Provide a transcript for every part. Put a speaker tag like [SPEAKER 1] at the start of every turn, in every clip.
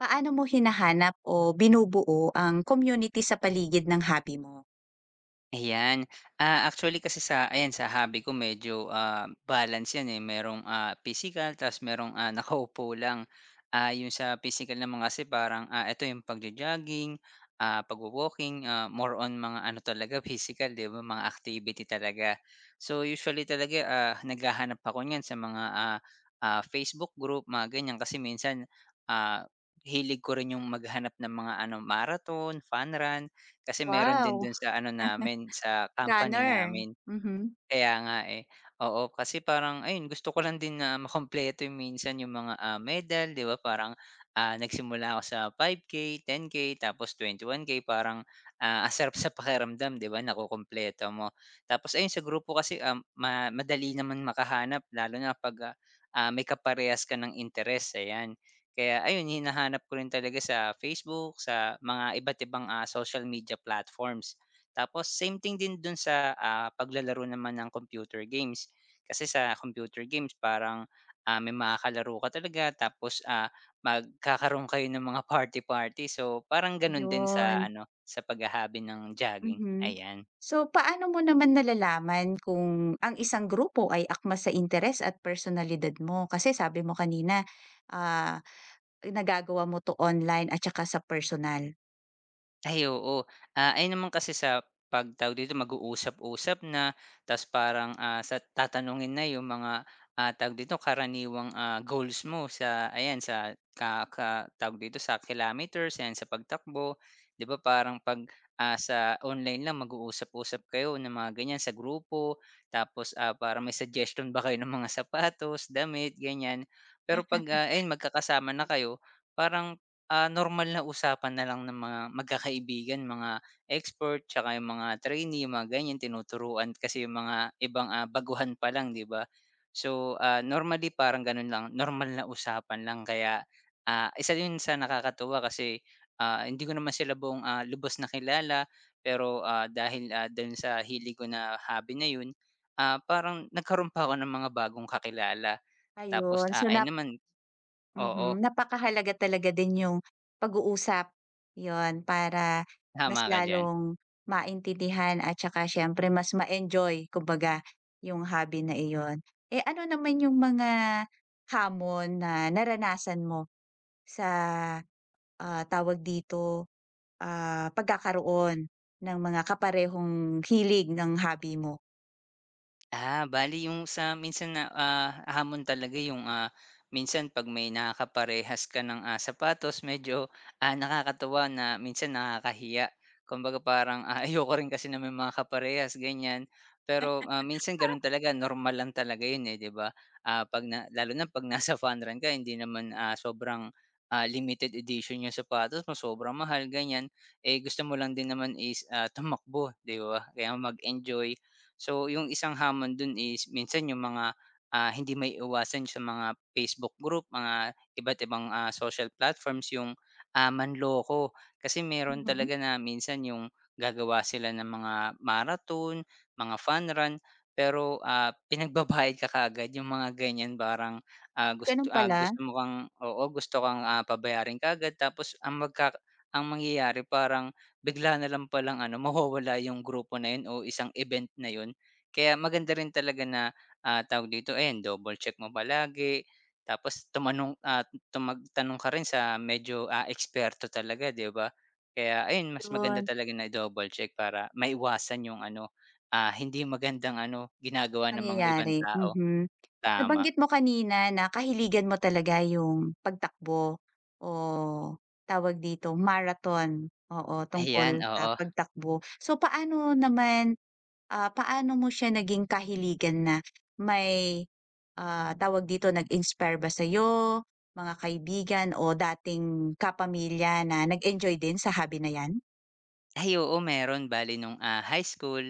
[SPEAKER 1] Paano mo hinahanap o binubuo ang community sa paligid ng hobby mo?
[SPEAKER 2] Ayan. Actually kasi sa ayan sa hobby ko medyo, balance 'yan, eh, merong, physical, ta's merong, nakaupo lang. Yung sa pisikal naman kasi parang, eto yung pagjo-jogging, pagwo-walking, more on mga ano talaga physical 'di ba, mga activity talaga. So, usually talaga, naghahanap ako niyan sa mga, Facebook group, mga ganiyan. Kasi minsan, ah, hilig ko rin yung maghanap ng mga ano, marathon, fun run, kasi meron din
[SPEAKER 1] Wow,
[SPEAKER 2] dun sa ano namin, sa company
[SPEAKER 1] runner.
[SPEAKER 2] namin,
[SPEAKER 1] Mhm.
[SPEAKER 2] kaya nga, eh. Oo, kasi parang ayun gusto ko lang din na makumpleto yung minsan yung mga, medal, 'di ba? Parang, nagsimula ako sa 5K, 10K, tapos 21K parang, ang sarap sa pakiramdam, 'di ba, nakukumpleto mo. Tapos ayun sa grupo kasi, madali naman makahanap lalo na 'pag, may kaparehas ka ng interes, ayan. Kaya ayun hinahanap ko rin talaga sa Facebook, sa mga iba't ibang, social media platforms. Tapos same thing din dun sa, paglalaro naman ng computer games. Kasi sa computer games parang, may makakalaro ka talaga tapos, magkakaroon kayo ng mga party-party. So, parang ganun din sa
[SPEAKER 1] Ayun,
[SPEAKER 2] ano, sa paghahabi ng jogging,
[SPEAKER 1] mhm.
[SPEAKER 2] ayan.
[SPEAKER 1] So, paano mo naman nalalaman kung ang isang grupo ay akma sa interes at personalidad mo? Kasi sabi mo kanina, ah, nagagawa mo 'to online at saka sa personal.
[SPEAKER 2] Ay, oo. Ayun naman kasi sa 'pag tawag dito, mag-uusap-usap na ta's parang, sa tatanungin na yung mga, tawag dito, karaniwang, goals mo sa ayan, sa ka ka tawag dito, sa kilometers, ayan, sa pagtakbo. 'Di ba parang 'pag, sa online lang mag-uusap-usap kayo ng mga ganyan sa grupo tapos, parang may suggestion ba kayo ng mga sapatos, damit, ganyan. Pero 'pag, ayun magkakasama na kayo, parang normal na usapan na lang ng mga magkakaibigan, mga expert, tsaka yung mga trainee, yung mga ganyan, tinuturuan kasi yung mga ibang, baguhan pa lang, 'di ba? So, normally parang gano'n lang, normal na usapan lang kaya, isa yun sa nakakatuwa kasi, hindi ko naman sila buong, lubos na kilala pero, dahil, dun sa hilig ko na hobby na yun, parang nagkaroon pa ako ng mga bagong kakilala. Tapos,
[SPEAKER 1] Ayun, so na.
[SPEAKER 2] ayun naman oo,
[SPEAKER 1] Mhm, napakahalaga talaga din yung pag-uusap, 'yun para
[SPEAKER 2] tama
[SPEAKER 1] mas
[SPEAKER 2] ka diyan.
[SPEAKER 1] lalong maintindihan at saka siyempre mas ma-enjoy kumbaga yung hobby na iyon. Eh, ano naman yung mga hamon na naranasan mo sa, tawag dito, pagkakaroon ng mga kaparehong hilig ng hobby mo?
[SPEAKER 2] Bali yung sa minsan na, hamon talaga yung, minsan 'pag may nakakaparehas ka ng, sapatos medyo, nakakatuwa na minsan nakakahiya. Kumbaga parang, ayoko rin kasi na may mga kaparehas ganyan. Pero, minsan gano'n talaga normal lang talaga 'yun, eh, 'di ba? 'Pag na lalo na 'pag nasa fun run ka hindi naman, sobrang, limited edition yung sapatos mo, sobrang mahal ganyan. Eh, gusto mo lang din naman is, tumakbo, 'di ba? Kaya mag-enjoy. So yung isang hamon dun is minsan yung mga, hindi maiiwasan sa mga Facebook group, mga iba't ibang, social platforms yung, manloko. Kasi meron
[SPEAKER 1] Mhm,
[SPEAKER 2] talaga na minsan yung gagawa sila ng mga marathon, mga fun run, pero, pinagbabayad ka kaagad yung mga ganyan parang,
[SPEAKER 1] ganun pala,
[SPEAKER 2] gusto mo kang oo, gusto kang, pabayarin kaagad tapos ang mangyayari parang bigla na lang palang ano, mawawala yung grupo na yun o isang event na yun. Kaya maganda rin talaga na, tawag dito, ayan double check mo palagi tapos tumanong at tanong ka rin sa medyo, eksperto talaga, 'di ba? Kaya ayun, mas maganda
[SPEAKER 1] 'yun.
[SPEAKER 2] talaga na double check para maiwasan yung ano, hindi magandang ano, ginagawa ng mga ibang
[SPEAKER 1] Nangyayari,
[SPEAKER 2] tao.
[SPEAKER 1] mhm.
[SPEAKER 2] Tama,
[SPEAKER 1] Nabanggit mo kanina na kahiligan mo talaga yung pagtakbo o tawag dito, marathon, oo, tungkol
[SPEAKER 2] ayan,
[SPEAKER 1] sa
[SPEAKER 2] oo.
[SPEAKER 1] pagtakbo. So, paano naman, paano mo siya naging kahiligan na may, tawag dito, nag-inspire ba sa'yo, mga kaibigan o dating kapamilya na nag-enjoy din sa hobby na 'yan?
[SPEAKER 2] Ay, oo, meron. Bali nung, high school,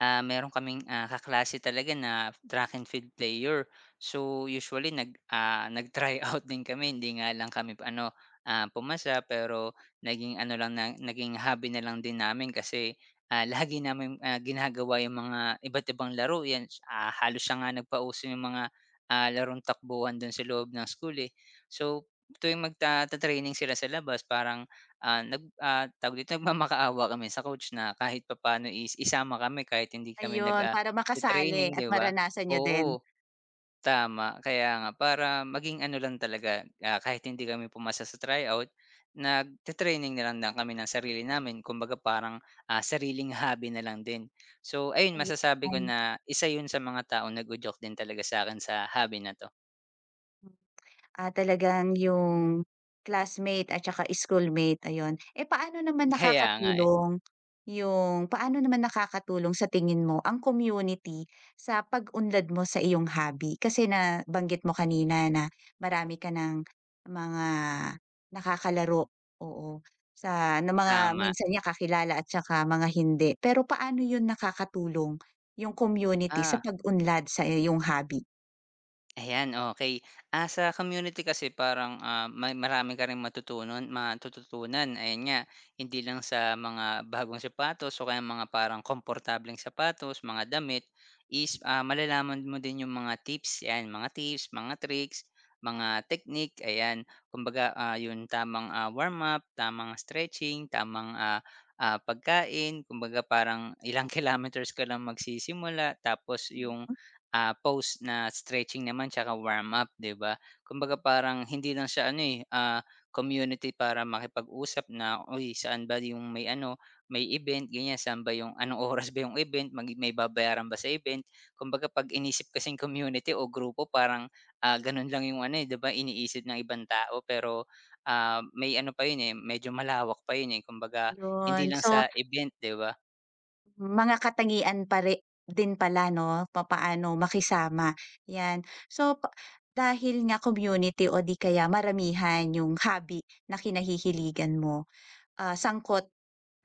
[SPEAKER 2] meron kaming, kaklase talaga na track and field player. So, usually nag-tryout din kami hindi nga lang kami ano, pumasa pero naging ano lang na naging hobby na lang din namin kasi, lagi naming, ginagawa yung mga iba't ibang laro yan, halos siya nga nagpauso yung mga, larong takbuhan dun sa loob ng school, eh. So, tuwing magta training sila sa labas parang, tawag dito, nagmamakaawa kami sa coach na kahit papaano is isama kami kahit hindi kami
[SPEAKER 1] Ayun, para makasali
[SPEAKER 2] training
[SPEAKER 1] at
[SPEAKER 2] 'di ba?
[SPEAKER 1] maranasan niyo din,
[SPEAKER 2] Oo, tama. Kaya nga, para maging ano lang talaga, kahit hindi kami pumasa sa tryout, nagti-training na lang na kami ng sarili namin. Kumbaga parang, sariling hobby na lang din. So ayun, masasabi ko
[SPEAKER 1] ayan.
[SPEAKER 2] na isa 'yun sa mga taong nag-udyok din talaga sa akin sa hobby na 'to.
[SPEAKER 1] Ah, talagang yung classmate at saka schoolmate, ayun. Eh, paano naman
[SPEAKER 2] Kaya nga, eh.
[SPEAKER 1] nakakatulong yung paano naman nakakatulong sa tingin mo ang community sa pag-unlad mo sa iyong hobby? Kasi nabanggit mo kanina na marami ka ng mga nakakalaro, oo, sa na mga
[SPEAKER 2] Tama.
[SPEAKER 1] minsan niya kakilala at saka mga hindi. Pero paano yun nakakatulong yung community sa
[SPEAKER 2] Oo.
[SPEAKER 1] pag-unlad sa iyong hobby?
[SPEAKER 2] Ayan, okey. Sa community kasi parang, marami ka ring matututunan, ayan nga. Hindi lang sa mga bagong sapatos o kaya mga parang komportableng sapatos, mga damit is, malalaman mo din yung mga tips, 'yan, mga tips, mga tricks, mga technique, ayan. Kumbaga, yung tamang, warm up, tamang stretching, tamang, pagkain. Kumbaga parang ilang kilometers ka lang magsisimula tapos yung pose na stretching naman tsaka warm up, 'di ba? Kumbaga parang hindi lang siya ano, eh, community para makipag-usap na, "Uy, saan ba yung may ano, may event?" Ganyan, "Saan ba yung anong oras ba yung event? May babayaran ba sa event?" Kumbaga 'pag inisip kasing community o grupo parang, ganun lang yung ano, eh, 'di ba, iniisip ng ibang tao pero, may ano pa yun, eh, medyo malawak pa yun, eh. Kumbaga hindi
[SPEAKER 1] Yun.
[SPEAKER 2] lang
[SPEAKER 1] So,
[SPEAKER 2] sa event, 'di ba?
[SPEAKER 1] mga katangian pa ri din pala 'no, papaano makisama, 'yan. So, pa dahil nga community o di kaya maramihan yung hobby na kinahihiligan mo, sangkot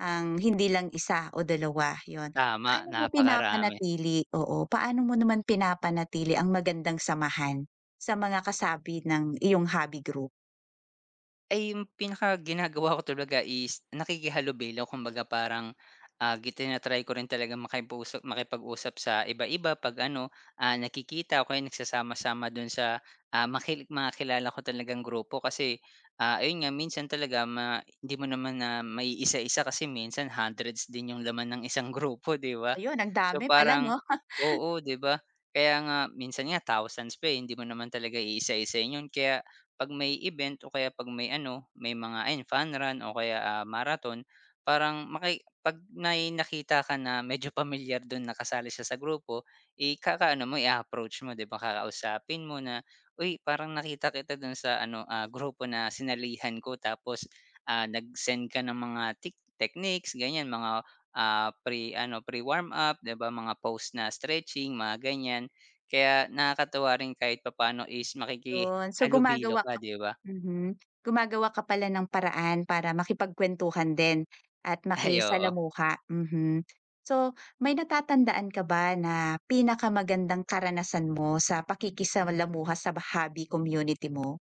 [SPEAKER 1] ang hindi lang isa o dalawa, yon.
[SPEAKER 2] Tama,
[SPEAKER 1] Paano mo
[SPEAKER 2] napakarami.
[SPEAKER 1] pinapanatili oo, paano mo naman pinapanatili ang magandang samahan sa mga kasabi ng iyong hobby group?
[SPEAKER 2] Ay yung pinaka ginagawa ko talaga is nakikihalubilo kumbaga parang, tina-try ko rin talagang makipag-usap sa iba-iba 'pag ano, nakikita o kaya nagsasama-sama dun sa, mga kilala ko talagang grupo kasi, ayun nga minsan talaga hindi mo naman na may isa isa kasi minsan hundreds din yung laman ng isang grupo 'di ba?
[SPEAKER 1] Ayun, ang
[SPEAKER 2] So
[SPEAKER 1] dami pala
[SPEAKER 2] parang
[SPEAKER 1] 'no?
[SPEAKER 2] oo 'di ba? Kaya nga minsan nga thousands pa, eh, hindi mo naman talaga iisa isa yun kaya 'pag may event o kaya 'pag may ano, may mga ayun fun run o kaya, marathon, parang 'pag may nakita ka na medyo pamilyar dun na kasali siya sa grupo, ikakaano mo, i approach mo 'di ba, kakausapin mo na, "Uy, parang nakita kita dun sa ano, grupo na sinalihan ko tapos, nag-send ka ng mga techniques ganyan, mga, pre ano, pre-warm up 'di ba, mga pose na stretching, mga ganyan." Kaya nakakatuwa rin kahit papaano is
[SPEAKER 1] Yun, so
[SPEAKER 2] halubilo
[SPEAKER 1] gumagawa
[SPEAKER 2] ka,
[SPEAKER 1] ka,
[SPEAKER 2] 'di ba?
[SPEAKER 1] mhm, gumagawa ka pala ng paraan para makipagkuwentuhan din at
[SPEAKER 2] Ay, oo.
[SPEAKER 1] makisalamuha, mhm. So, may natatandaan ka ba na pinakamagandang karanasan mo sa pakikisalamuha sa hobby community mo?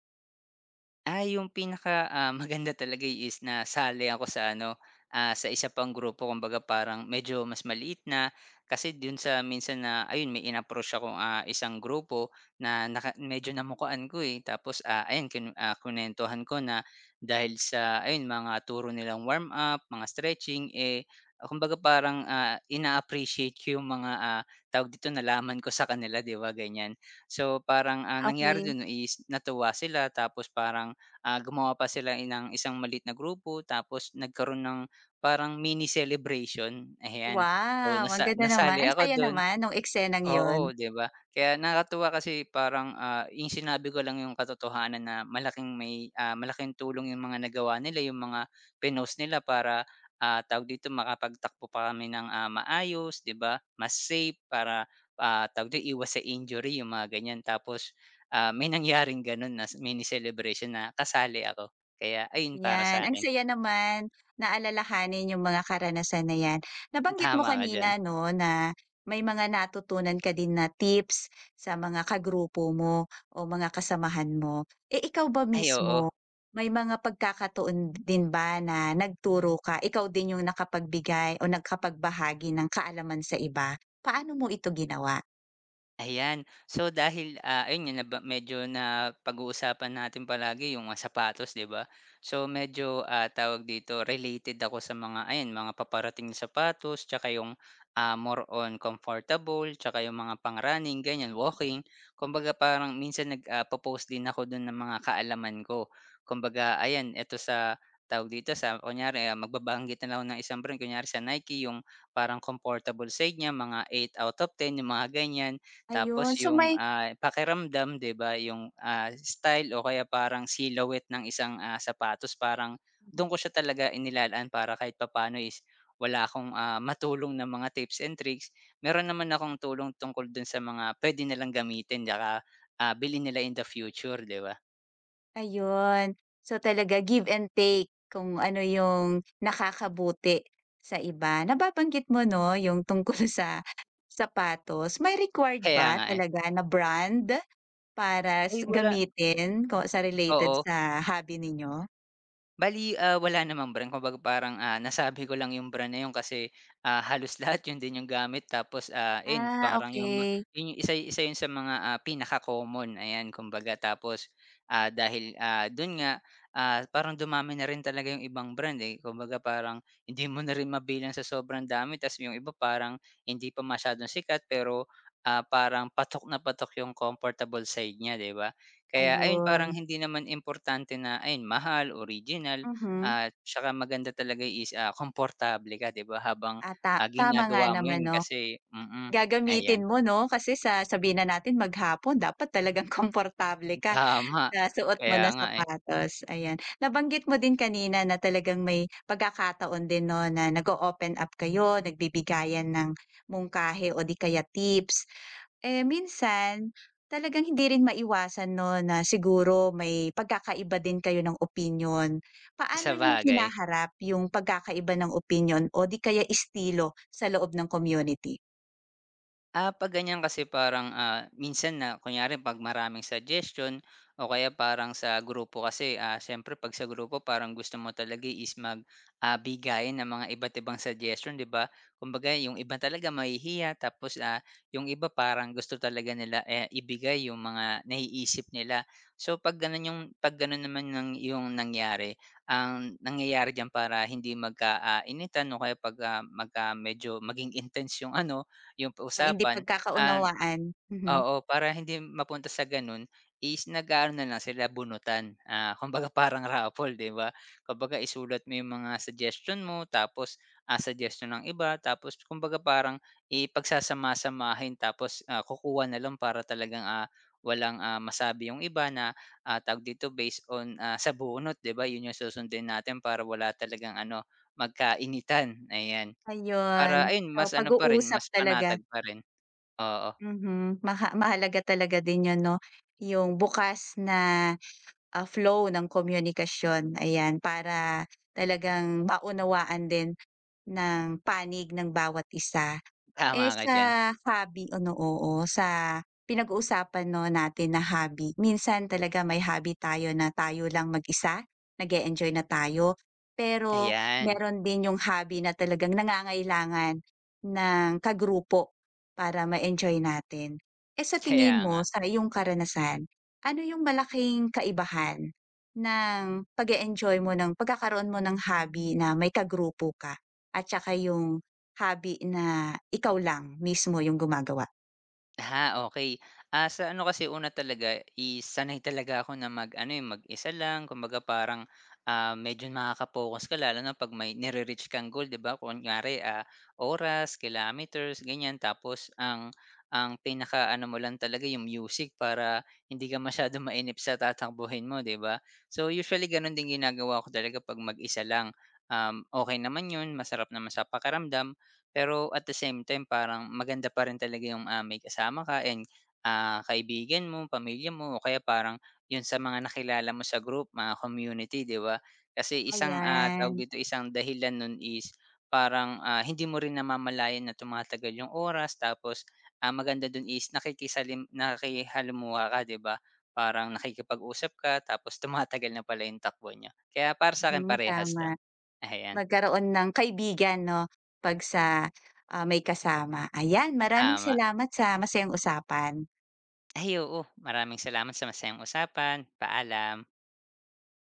[SPEAKER 2] Yung pinaka, maganda talaga is na sali ako sa ano, sa isa pang grupo kumbaga parang medyo mas maliit na. Kasi dun sa minsan na ayun may in-approach akong, isang grupo na medyo namukaan ko, eh. Tapos, ayun kinwentuhan ko na dahil sa ayun mga turo nilang warm up, mga stretching, eh, kumbaga parang, ina-appreciate ko yung mga, tawag dito nalaman ko sa kanila 'di ba, ganyan. So, parang ang nangyari
[SPEAKER 1] Okay.
[SPEAKER 2] dun is natuwa sila tapos parang gumawa pa sila ng isang maliit na grupo tapos nagkaroon ng parang mini celebration, ayan. So
[SPEAKER 1] Wow, ang ganda naman,
[SPEAKER 2] nasali
[SPEAKER 1] ang
[SPEAKER 2] ako
[SPEAKER 1] saya
[SPEAKER 2] dun,
[SPEAKER 1] naman nung eksenang yon.
[SPEAKER 2] oo, 'di ba? Kaya nakakatuwa kasi parang, yung sinabi ko lang yung katotohanan na malaking tulong yung mga nagawa nila, yung mga pinost nila para, tawag dito, makapagtakbo pa kami ng, maayos, 'di ba? Mas safe para, tawag dun, iwas sa injury, yung mga ganyan. Tapos, may nangyaring ganun na mini celebration na kasali ako. Kaya ayun para
[SPEAKER 1] Ayan, ang
[SPEAKER 2] sa'kin,
[SPEAKER 1] saya naman na alalahanin yung mga karanasan na yan. Nabanggit mo
[SPEAKER 2] tama ka diyan.
[SPEAKER 1] kanina 'no, na may mga natutunan ka din na tips sa mga kagrupo mo o mga kasamahan mo. Eh, ikaw ba
[SPEAKER 2] Ay, oo.
[SPEAKER 1] mismo, may mga pagkakataon din ba na nagturo ka, ikaw din yung nakapagbigay o nakapagbahagi ng kaalaman sa iba? Paano mo ito ginawa?
[SPEAKER 2] Ayan. So dahil, ayun nga medyo napag-uusapan natin palagi yung mga sapatos, 'di ba? So medyo, tawag dito, related ako sa mga ayan, mga paparating na sapatos tsaka yung, more on comfortable tsaka yung mga pang-running, ganyan, walking. Kumbaga parang minsan nag post din ako dun ng mga kaalaman ko. Kumbaga ayan, eto sa tawag dito, sa kunyari, magbabanggit na lang ako ng isang brand, kunyari sa Nike yung parang comfortable side niya, mga eight out of ten yung mga ganyan. Tapos
[SPEAKER 1] Ayun, so
[SPEAKER 2] yung,
[SPEAKER 1] may.
[SPEAKER 2] pakiramdam 'di ba yung, style o kaya parang silhouette ng isang, sapatos parang do'n ko siya talaga inilalaan para kahit papaano is wala akong, matulong na mga tips and tricks. Meron naman akong tulong tungkol do'n sa mga puwede nilang gamitin 'tsaka, bilhin nila in the future 'di ba?
[SPEAKER 1] Ayun. So, talaga give and take kung ano yung nakakabuti sa iba. Nababanggit mo 'no, yung tungkol sa sapatos. May required
[SPEAKER 2] Kaya
[SPEAKER 1] ba
[SPEAKER 2] nga, eh.
[SPEAKER 1] talaga na brand para
[SPEAKER 2] Ay,
[SPEAKER 1] s
[SPEAKER 2] wala,
[SPEAKER 1] gamitin ko sa related
[SPEAKER 2] oo.
[SPEAKER 1] sa hobby ninyo?
[SPEAKER 2] Bali wala namang brand kumbaga parang, nasabi ko lang yung brand na yun kasi, halos lahat yun din yung gamit tapos, ayun
[SPEAKER 1] Ah,
[SPEAKER 2] parang
[SPEAKER 1] okay.
[SPEAKER 2] yun yung isa isa yun sa mga, pinaka-common ayan kumbaga tapos, dahil, dun nga, parang dumami na rin talaga yung ibang brand, eh, kumbaga parang hindi mo na rin mabilang sa sobrang dami ta's yung iba parang hindi pa masyadong sikat pero, parang patok na patok yung comfortable side niya, 'di ba? Kaya ayun, parang
[SPEAKER 1] Ayun,
[SPEAKER 2] hindi naman importante na ayun mahal, original
[SPEAKER 1] mhm.
[SPEAKER 2] at tsaka maganda talaga is, komportable ka 'di ba habang,
[SPEAKER 1] Ah, ta tama nga
[SPEAKER 2] ginagawa mo
[SPEAKER 1] naman
[SPEAKER 2] yun
[SPEAKER 1] 'no.
[SPEAKER 2] kasi ayan,
[SPEAKER 1] Gagamitin mo 'no, kasi sa sabihin na natin maghapon dapat talagang komportable ka.
[SPEAKER 2] tama.
[SPEAKER 1] Nasuot mo
[SPEAKER 2] Kaya
[SPEAKER 1] na
[SPEAKER 2] nga eh,
[SPEAKER 1] sapatos, ayan. Nabanggit mo din kanina na talagang may pagkakataon din 'no, na nag-o-open up kayo, nagbibigayan ng mungkahi o di kaya tips. Eh, minsan talagang hindi rin maiwasan 'no, na siguro may pagkakaiba din kayo ng opinyon. Paano
[SPEAKER 2] sa
[SPEAKER 1] niyo
[SPEAKER 2] bagay.
[SPEAKER 1] hinaharap yung pagkakaiba ng opinyon o di kaya estilo sa loob ng community?
[SPEAKER 2] 'Pag ganyan kasi parang, minsan na kunyari 'pag maraming suggestion o kaya parang sa grupo kasi, siyempre 'pag sa grupo parang gusto mo talaga is bigayan ng mga iba't ibang suggestion, 'di ba? Kumbaga yung iba talaga mahihiya tapos, yung iba parang gusto talaga nila, eh, ibigay yung mga naiisip nila. So 'pag gano'n yung 'pag gano'n naman ng yung nangyari, ang nangyayari diyan para hindi initan o kaya 'pag, medyo maging intense yung ano, yung
[SPEAKER 1] Yung hindi
[SPEAKER 2] usapan, ah,
[SPEAKER 1] pagkakaunawaan, mhm,
[SPEAKER 2] oo, para hindi mapunta sa gano'n is nag-aano na lang sila bunutan. Kumbaga parang raffle, 'di ba? Kumbaga isulat mo yung mga suggestion mo tapos, suggestion ng iba tapos kumbaga parang ipagsasama-samahin tapos, kukuha na lang para talagang, walang, masabi yung iba na, tawag dito, based on, sa bunot, 'di ba? Yun yung susundin natin para wala talagang ano, magkainitan, ayan. Para
[SPEAKER 1] ayun.
[SPEAKER 2] ayun mas
[SPEAKER 1] So,
[SPEAKER 2] ano pa rin,
[SPEAKER 1] pag-uusap
[SPEAKER 2] mas
[SPEAKER 1] talaga.
[SPEAKER 2] panatag pa rin. Oo,
[SPEAKER 1] Mhm, maha mahalaga talaga din 'yun 'no, yung bukas na, flow ng komunikasyon, ayan. Para talagang maunawaan din ng panig ng bawat isa.
[SPEAKER 2] tama
[SPEAKER 1] Eh,
[SPEAKER 2] ka diyan.
[SPEAKER 1] sa hobby ano, oo, sa pinag-uusapan 'no, natin na hobby, minsan talaga may hobby tayo na tayo lang mag-isa, nag enjoy na tayo. Pero
[SPEAKER 2] Ayan,
[SPEAKER 1] meron din yung hobby na talagang nangangailangan ng kagrupo para ma-enjoy natin. Eh, sa
[SPEAKER 2] kaya
[SPEAKER 1] tingin
[SPEAKER 2] nga.
[SPEAKER 1] mo, sa iyong karanasan, ano yung malaking kaibahan ng pag enjoy mo ng pagkakaroon mo ng hobby na may kagrupo ka at saka yung hobby na ikaw lang mismo yung gumagawa.
[SPEAKER 2] Ha, okay. Sa ano kasi una talaga isanay talaga ako na eh, mag-isa lang kumbaga parang, medyo nakaka-focus ka lalo na 'pag may nire-reach kang goal 'di ba, kunyari, oras, kilometers, ganyan. Tapos ang pinakaano mo lang talaga yung music para hindi ka masyadong mainip sa tatakbuhin mo 'di ba? So, usually gano'n din ginagawa ko talaga 'pag mag-isa lang. Okay naman 'yun, masarap naman sa pakiramdam. Pero at the same time parang maganda pa rin talaga yung, may kasama ka and, kaibigan mo, pamilya mo o kaya parang yun sa mga nakilala mo sa group, mga community, 'di ba? Kasi isang,
[SPEAKER 1] Ayan,
[SPEAKER 2] tawag dito, isang dahilan nun is parang, hindi mo rin namamalayan na tumatagal yung oras tapos, maganda dun is nakikihalumuha ka, 'di ba? Parang nakikipag-usap ka tapos tumatagal na pala yung takbo niyo. Kaya para sa akin
[SPEAKER 1] mhm,
[SPEAKER 2] parehas
[SPEAKER 1] tama.
[SPEAKER 2] lang. Ayan,
[SPEAKER 1] Magkaroon ng kaibigan 'no, 'pag sa, may kasama. Ayan, maraming
[SPEAKER 2] tama.
[SPEAKER 1] salamat sa masayang usapan.
[SPEAKER 2] Ay, oo, maraming salamat sa masayang usapan. Paalam.